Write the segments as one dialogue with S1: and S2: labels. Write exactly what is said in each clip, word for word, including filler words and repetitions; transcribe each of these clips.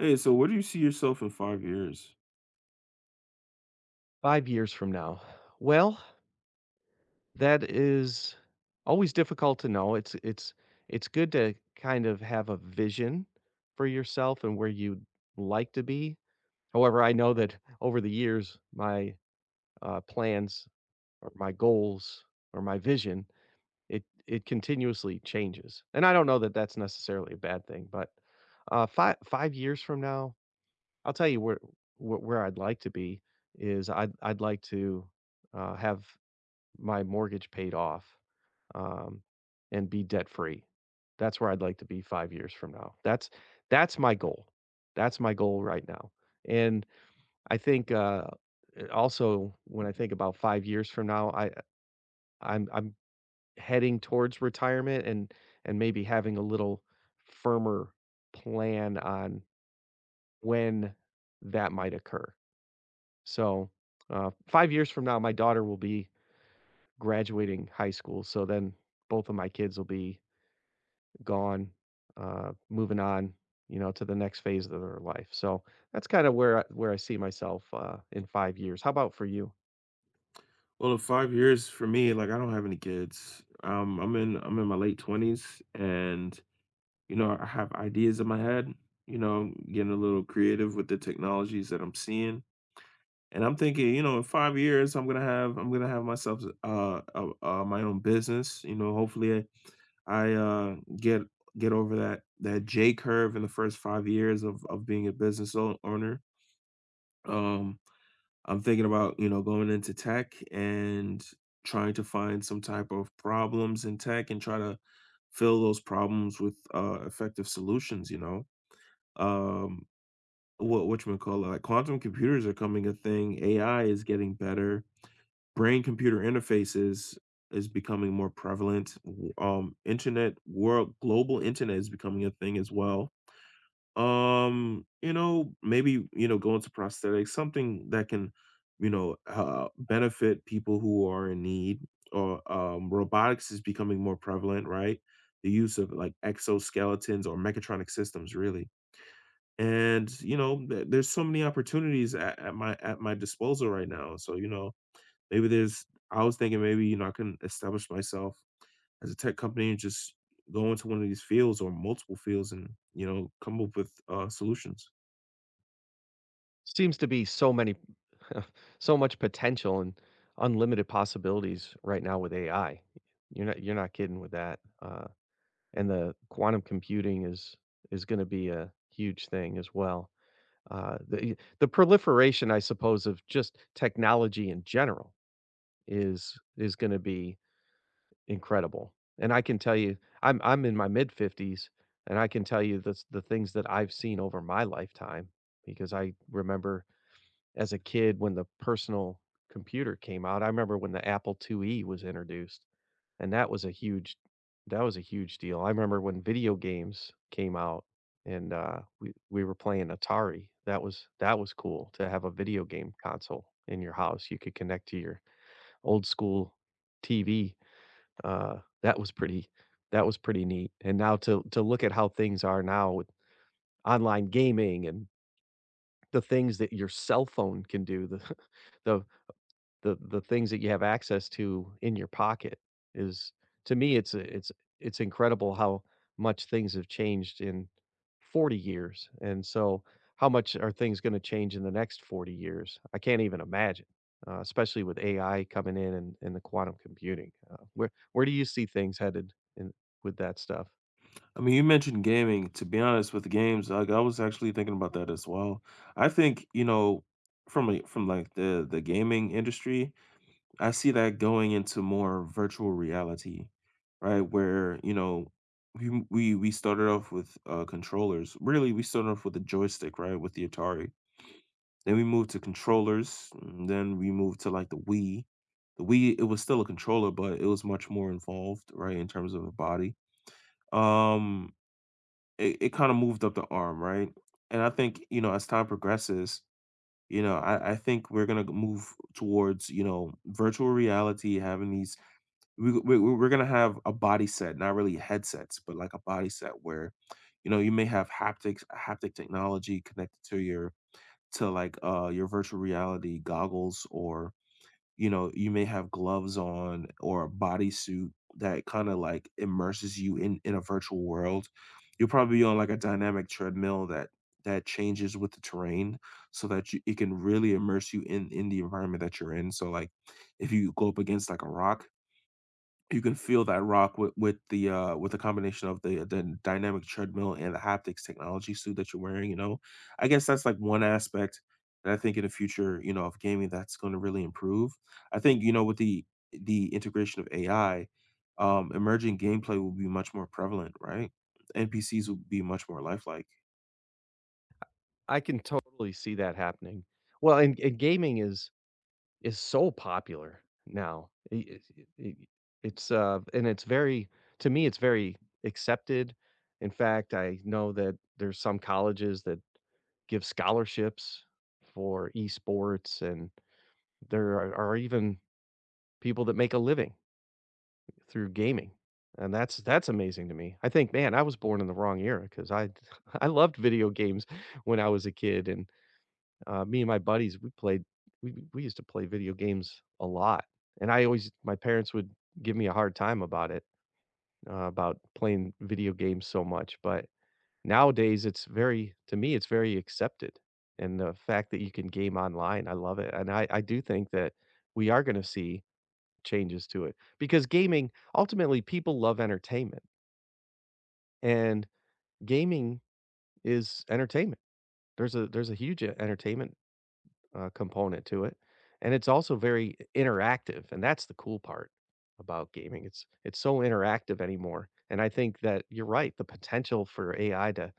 S1: Hey, so where do you see yourself in five years?
S2: five years from now. Well, that is always difficult to know. It's it's it's good to kind of have a vision for yourself and where you'd like to be. However, I know that over the years, my, uh, plans or my goals or my vision, it it continuously changes, and I don't know that that's necessarily a bad thing, but, uh, fi five years from now, I'll tell you where where where I'd like to be is I'd I'd like to, uh, have my mortgage paid off, um, and be debt free. That's where I'd like to be five years from now. That's that's my goal. That's my goal right now. And I think, uh, eh, also when I think about five years from now, I I I'm I'm heading towards retirement and and maybe having a little firmer plan on when that might occur. So, uh, five years from now, my daughter will be graduating high school, so then both of my kids will be gone, uh, moving on, you know, to the next phase of their life, so that's kinda where I where I see myself, uh, in five years. How about for you?
S1: Well, in five years for me, like I don't have any kids. Um, I'm in I'm in my late twenties, and you know I have ideas in my head. You know, getting a little creative with the technologies that I'm seeing, and I'm thinking, you know, in five years I'm gonna have I'm gonna have myself uh, uh, uh my own business. You know, hopefully I, I uh, get get over that that J curve in the first five years of of being a business o- owner. Um, I'm thinking about, you know, going into tech and trying to find some type of problems in tech and try to fill those problems with uh, effective solutions, you know. Um, what what you call it? Like quantum computers are coming a thing, A I is getting better, brain computer interfaces is becoming more prevalent. W- Um, internet world global internet is becoming a thing as well, um, you know, maybe, you know, going to prosthetics, something that can, you know, uh, benefit people who are in need. Or um, robotics is becoming more prevalent, right? The use of like exoskeletons or mechatronic systems, really. And you know, th- there's so many opportunities at, at my at my disposal right now. So you know, maybe there's. I was thinking maybe you know I can establish myself as a tech company and just go into one of these fields or multiple fields, and you know come up with uh, solutions.
S2: Seems to be so many so much potential and unlimited possibilities right now with A I. You're not you're not kidding with that, uh, and the quantum computing is is gonna be a huge thing as well. Uh, the the proliferation, I suppose, of just technology in general is is gonna be incredible, and I can tell you I'm I'm in my mid-fifties, and I can tell you the the things that I've seen over my lifetime because I remember as a kid when the personal computer came out. I remember when the Apple IIe was introduced, and that was a huge that was a huge deal. I remember when video games came out and, uh, we we were playing Atari. That was that was cool to have a video game console in your house you could connect to your old school T V. Uh, that was pretty that was pretty neat, and now to to look at how things are now with online gaming and the things that your cell phone can do, the the the the things that you have access to in your pocket is to me, it's a it's it's incredible how much things have changed in forty years. And so how much are things gonna change in the next forty years? I can't even imagine, uh, especially with A I coming in and and the quantum computing. Uh, where where do you see things headed in with that stuff?
S1: I mean, you mentioned gaming. To be honest, with games, like I was actually thinking about that as well. I think you know, from a, from like the the gaming industry, I see that going into more virtual reality, right? Where you know, we we we started off with uh, controllers. Really, we started off with the joystick, right, with the Atari. Then we moved to controllers, and then we moved to like the Wii. The Wii, it was still a controller, but it was much more involved, right, in terms of the body. Um, it, it kind of moved up the arm, right? And I think, you know, as time progresses, you know, I, I think we're gonna move towards, you know, virtual reality, having these. We, we, we- we're gonna have a body set, not really headsets, but like a body set where, you know, you may have haptics, haptic technology connected to your to like uh your virtual reality goggles, or you know, you may have gloves on or a bodysuit that kinda, like, immerses you in in a virtual world. You'll probably be on, like, a dynamic treadmill that that changes with the terrain so that you it can really immerse you in in the environment that you're in, so, like, if you go up against, like, a rock, you can feel that rock with with the, uh with the combination of the the dynamic treadmill and the haptics technology suit that you're wearing, you know? I guess that's, like, one aspect that I think in the future, you know, of gaming that's gonna really improve. I think, you know, with the the integration of A I, um, emerging gameplay will be much more prevalent, right? N P Cs will be much more lifelike.
S2: I can totally see that happening. Well, and and gaming is is so popular now. I I I it's, uh and it's very to me, it's very accepted. In fact, I know that there's some colleges that give scholarships for esports, and there are are even people that make a living through gaming, and that's that's amazing to me. I think, man, I was born in the wrong era because I I loved video games when I was a kid, and uh, me and my buddies, we played we we used to play video games a lot, and I always my parents would give me a hard time about it, uh, about playing video games so much, but nowadays it's very to me, it's very accepted, and the fact that you can game online, I love it, and I I do think that we are gonna see changes to it, because gaming ultimately, people love entertainment, and gaming is entertainment. There's a there's a huge e-, entertainment uh, component to it, and it's also very interactive, and that's the cool part about gaming. It's it's so interactive anymore, and I think that you're right. The potential for A I to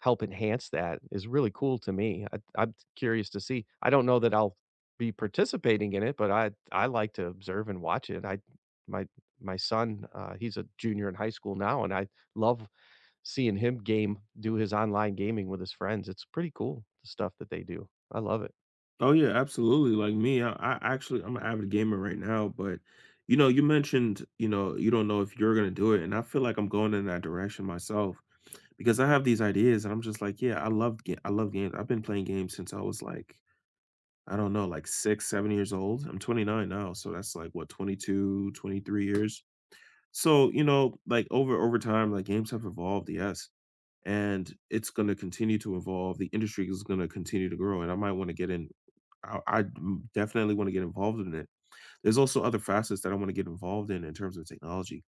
S2: help enhance that is really cool to me. I, I'm curious to see. I don't know that I'll be participating in it, but I I like to observe and watch it. I my my son, uh, he's a junior in high school now, and I love seeing him game do his online gaming with his friends. It's pretty cool the stuff that they do. I love it.
S1: Oh yeah, absolutely. Like me, I, I actually I'm an avid gamer right now, but you know, you mentioned, you know, you don't know if you're gonna do it, and I feel like I'm going in that direction myself because I have these ideas, and I'm just like, yeah, I love ga- I love games. I've been playing games since I was like, I don't know, like six, seven years old. I'm twenty-nine now, so that's like what, twenty-two, twenty-three years. So you know, like over over time, like games have evolved, yes, and it's going to continue to evolve. The industry is going to continue to grow, and I might want to get in. I, I m- definitely want to get involved in it. There's also other facets that I want to get involved in in terms of technology,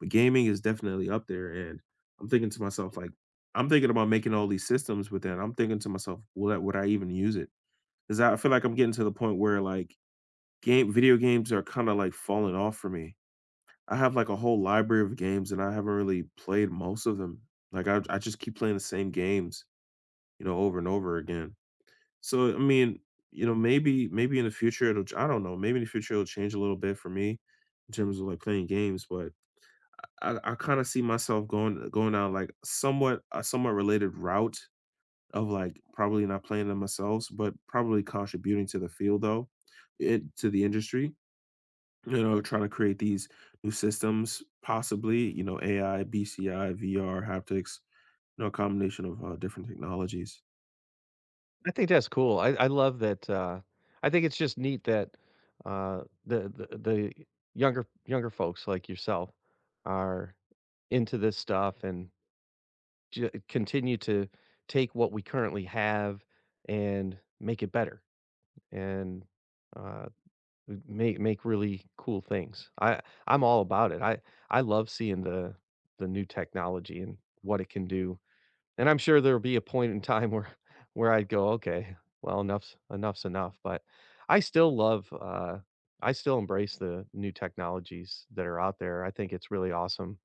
S1: but gaming is definitely up there. And I'm thinking to myself, like, I'm thinking about making all these systems, but then I'm thinking to myself, will that would I even use it? Because I feel like I'm getting to the point where like game video games are kind of like falling off for me. I have like a whole library of games, and I haven't really played most of them. Like I, I just keep playing the same games you know, over and over again. So, I mean, you know, maybe maybe in the future it'll ch- I don't know, maybe in the future it'll change a little bit for me in terms of like playing games, but I, I kind of see myself going going down like somewhat a somewhat related route of like probably not playing them myself, but probably contributing to the field though, it to the industry. You know, trying to create these new systems, possibly, you know, A I, B C I, V R, haptics, you know, a combination of uh, different technologies.
S2: I think that's cool. I I love that, uh, I think it's just neat that, uh, the the the younger younger folks like yourself are into this stuff and ju continue to take what we currently have and make it better and, uh, make make really cool things. I I'm all about it. I I love seeing the the new technology and what it can do. And I'm sure there'll be a point in time where where I'd go, "Okay, well, enough's enough's enough," but I still love, uh I still embrace the new technologies that are out there. I think it's really awesome,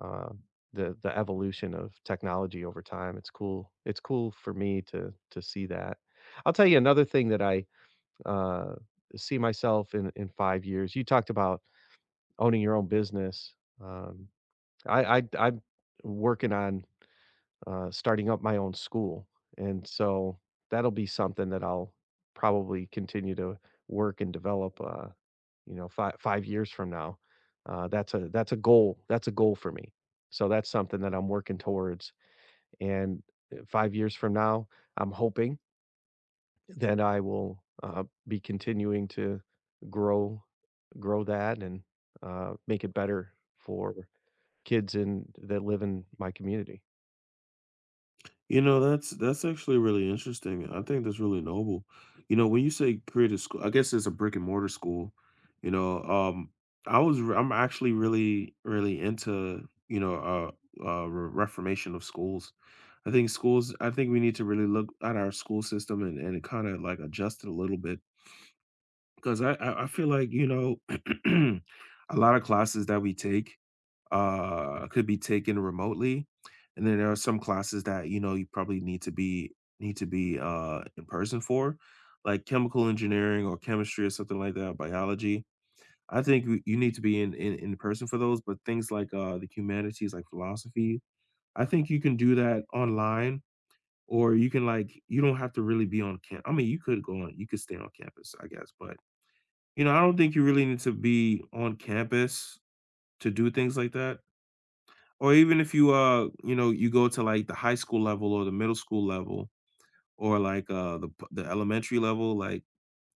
S2: uh, the the evolution of technology over time. It's cool it's cool for me to to see that. I'll tell you another thing that I, uh, see myself in in five years. You talked about owning your own business. Um, I I I'm working on uh, starting up my own school. And so that'll be something that I'll probably continue to work and develop, uh, you know, five, five years from now. Uh, that's a, that's a goal. That's a goal for me. So that's something that I'm working towards. And uh, five years from now, I'm hoping that I will uh, be continuing to grow, grow that and uh, make it better for kids in that live in my community.
S1: You know, that's that's actually really interesting. I think that's really noble. You know, when you say creative school, I guess it's a brick and mortar school. You know, um, I was re- I'm actually really really into you know uh, uh re- reformation of schools. I think schools. I think we need to really look at our school system and and kind of like adjust it a little bit, 'cause I I I feel like, you know, a lot of classes that we take, uh, could be taken remotely, and then there are some classes that, you know, you probably need to be need to be, uh, in person for, like chemical engineering or chemistry or something like that, biology. I think you you need to be in in in person for those, but things like, uh, the humanities, like philosophy, I think you can do that online, or you can, like you don't have to really be on camp. I mean, you could go on you could stay on campus, I guess, but you know, I don't think you really need to be on campus to do things like that. Or even if you, uh, you know, you go to like the high school level or the middle school level or like uh the p- the elementary level, like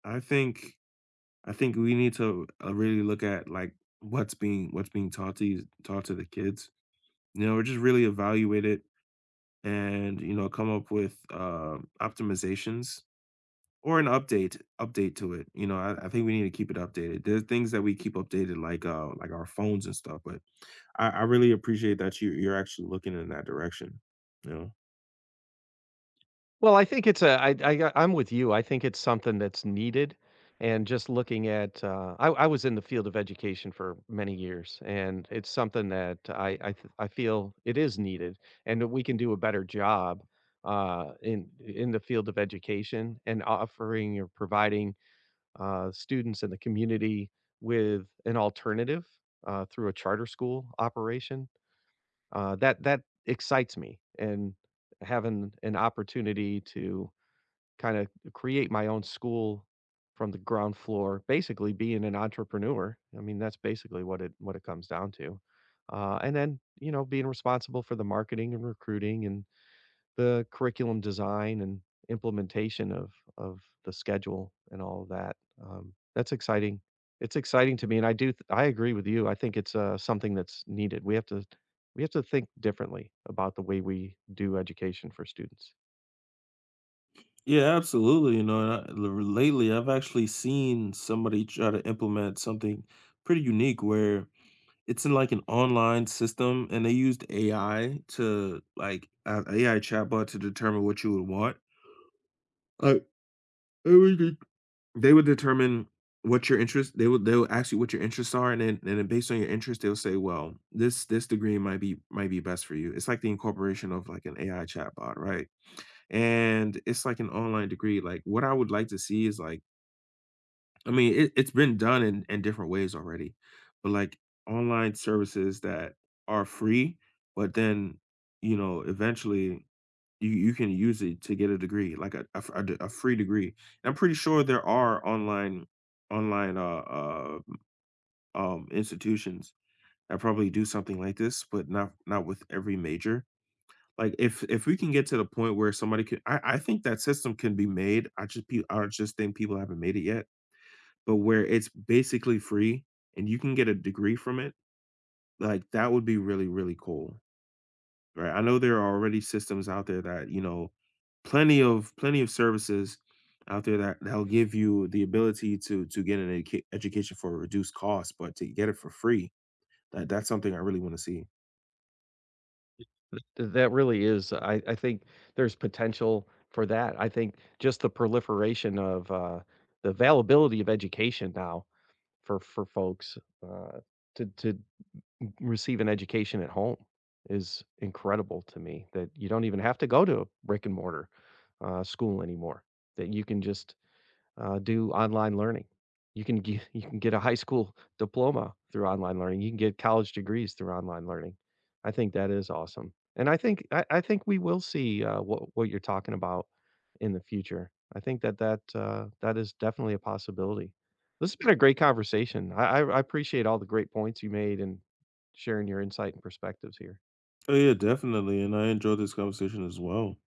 S1: I think I think we need to uh, really look at like what's being what's being taught to these- taught to the kids. You know, or just really evaluate it, and you know come up with uh, optimizations. Or an update update to it, you know, I I think we need to keep it updated. There's things that we keep updated like, uh, like our phones and stuff, but I I really appreciate that you you're actually looking in that direction, you know?
S2: Well, I think it's a I I uh, I'm with you. I think it's something that's needed, and just looking at, uh, I I was in the field of education for many years, and it's something that I I th- I feel it is needed, and that we can do a better job, uh, in in the field of education and offering or providing, uh, students in the community with an alternative, uh, through a charter school operation. Uh, that that excites me, and having an opportunity to kinda create my own school from the ground floor, basically being an entrepreneur. I mean, that's basically what it what it comes down to. Uh, and then, you know, being responsible for the marketing and recruiting and the curriculum design and implementation of of the schedule and all of that. Um, that's exciting. It's exciting to me, and I do th I agree with you. I think it's, uh, something that's needed. We have to we have to think differently about the way we do education for students.
S1: Yeah, absolutely, you know, and I l lately, I've actually seen somebody try to implement something pretty unique where it's in, like, an online system, and they used A I to, like, a AI chatbot to determine what you would want. Like, they would determine what your interest they would they would ask you what your interests are, and then and then based on your interest, they'll say, "Well, this this degree might be might be best for you." It's like the incorporation of like an A I chatbot, right? And it's like an online degree. Like what I would like to see is like, I mean, it, it's been done in, in different ways already, but like online services that are free, but then you know eventually you you can use it to get a degree, like a a f a d a free degree. And I'm pretty sure there are online online, uh, uh, um, institutions that probably do something like this, but not not with every major. Like, if if we can get to the point where somebody could I I think that system can be made. I just pe I just think people haven't made it yet, but where it's basically free and you can get a degree from it, like, that would be really, really cool. Right. I know there are already systems out there that, you know, plenty of plenty of services out there that that'll give you the ability to to get an educa- education for a reduced cost, but to get it for free, that that's something I really want to see.
S2: Th That really is I I think there's potential for that. I think just the proliferation of, uh, the availability of education now for for folks, uh, to to receive an education at home is incredible to me that you don't even have to go to a brick and mortar, uh, school anymore, that you can just uh, do online learning. You can ge You can get a high school diploma through online learning. You can get college degrees through online learning. I think that is awesome, and I think I I think we will see, uh, what what you're talking about in the future. I think that that, uh, that is definitely a possibility. This has been a great conversation. I I I appreciate all the great points you made and sharing your insight and perspectives here.
S1: Oh yeah, definitely. And I enjoyed this conversation as well.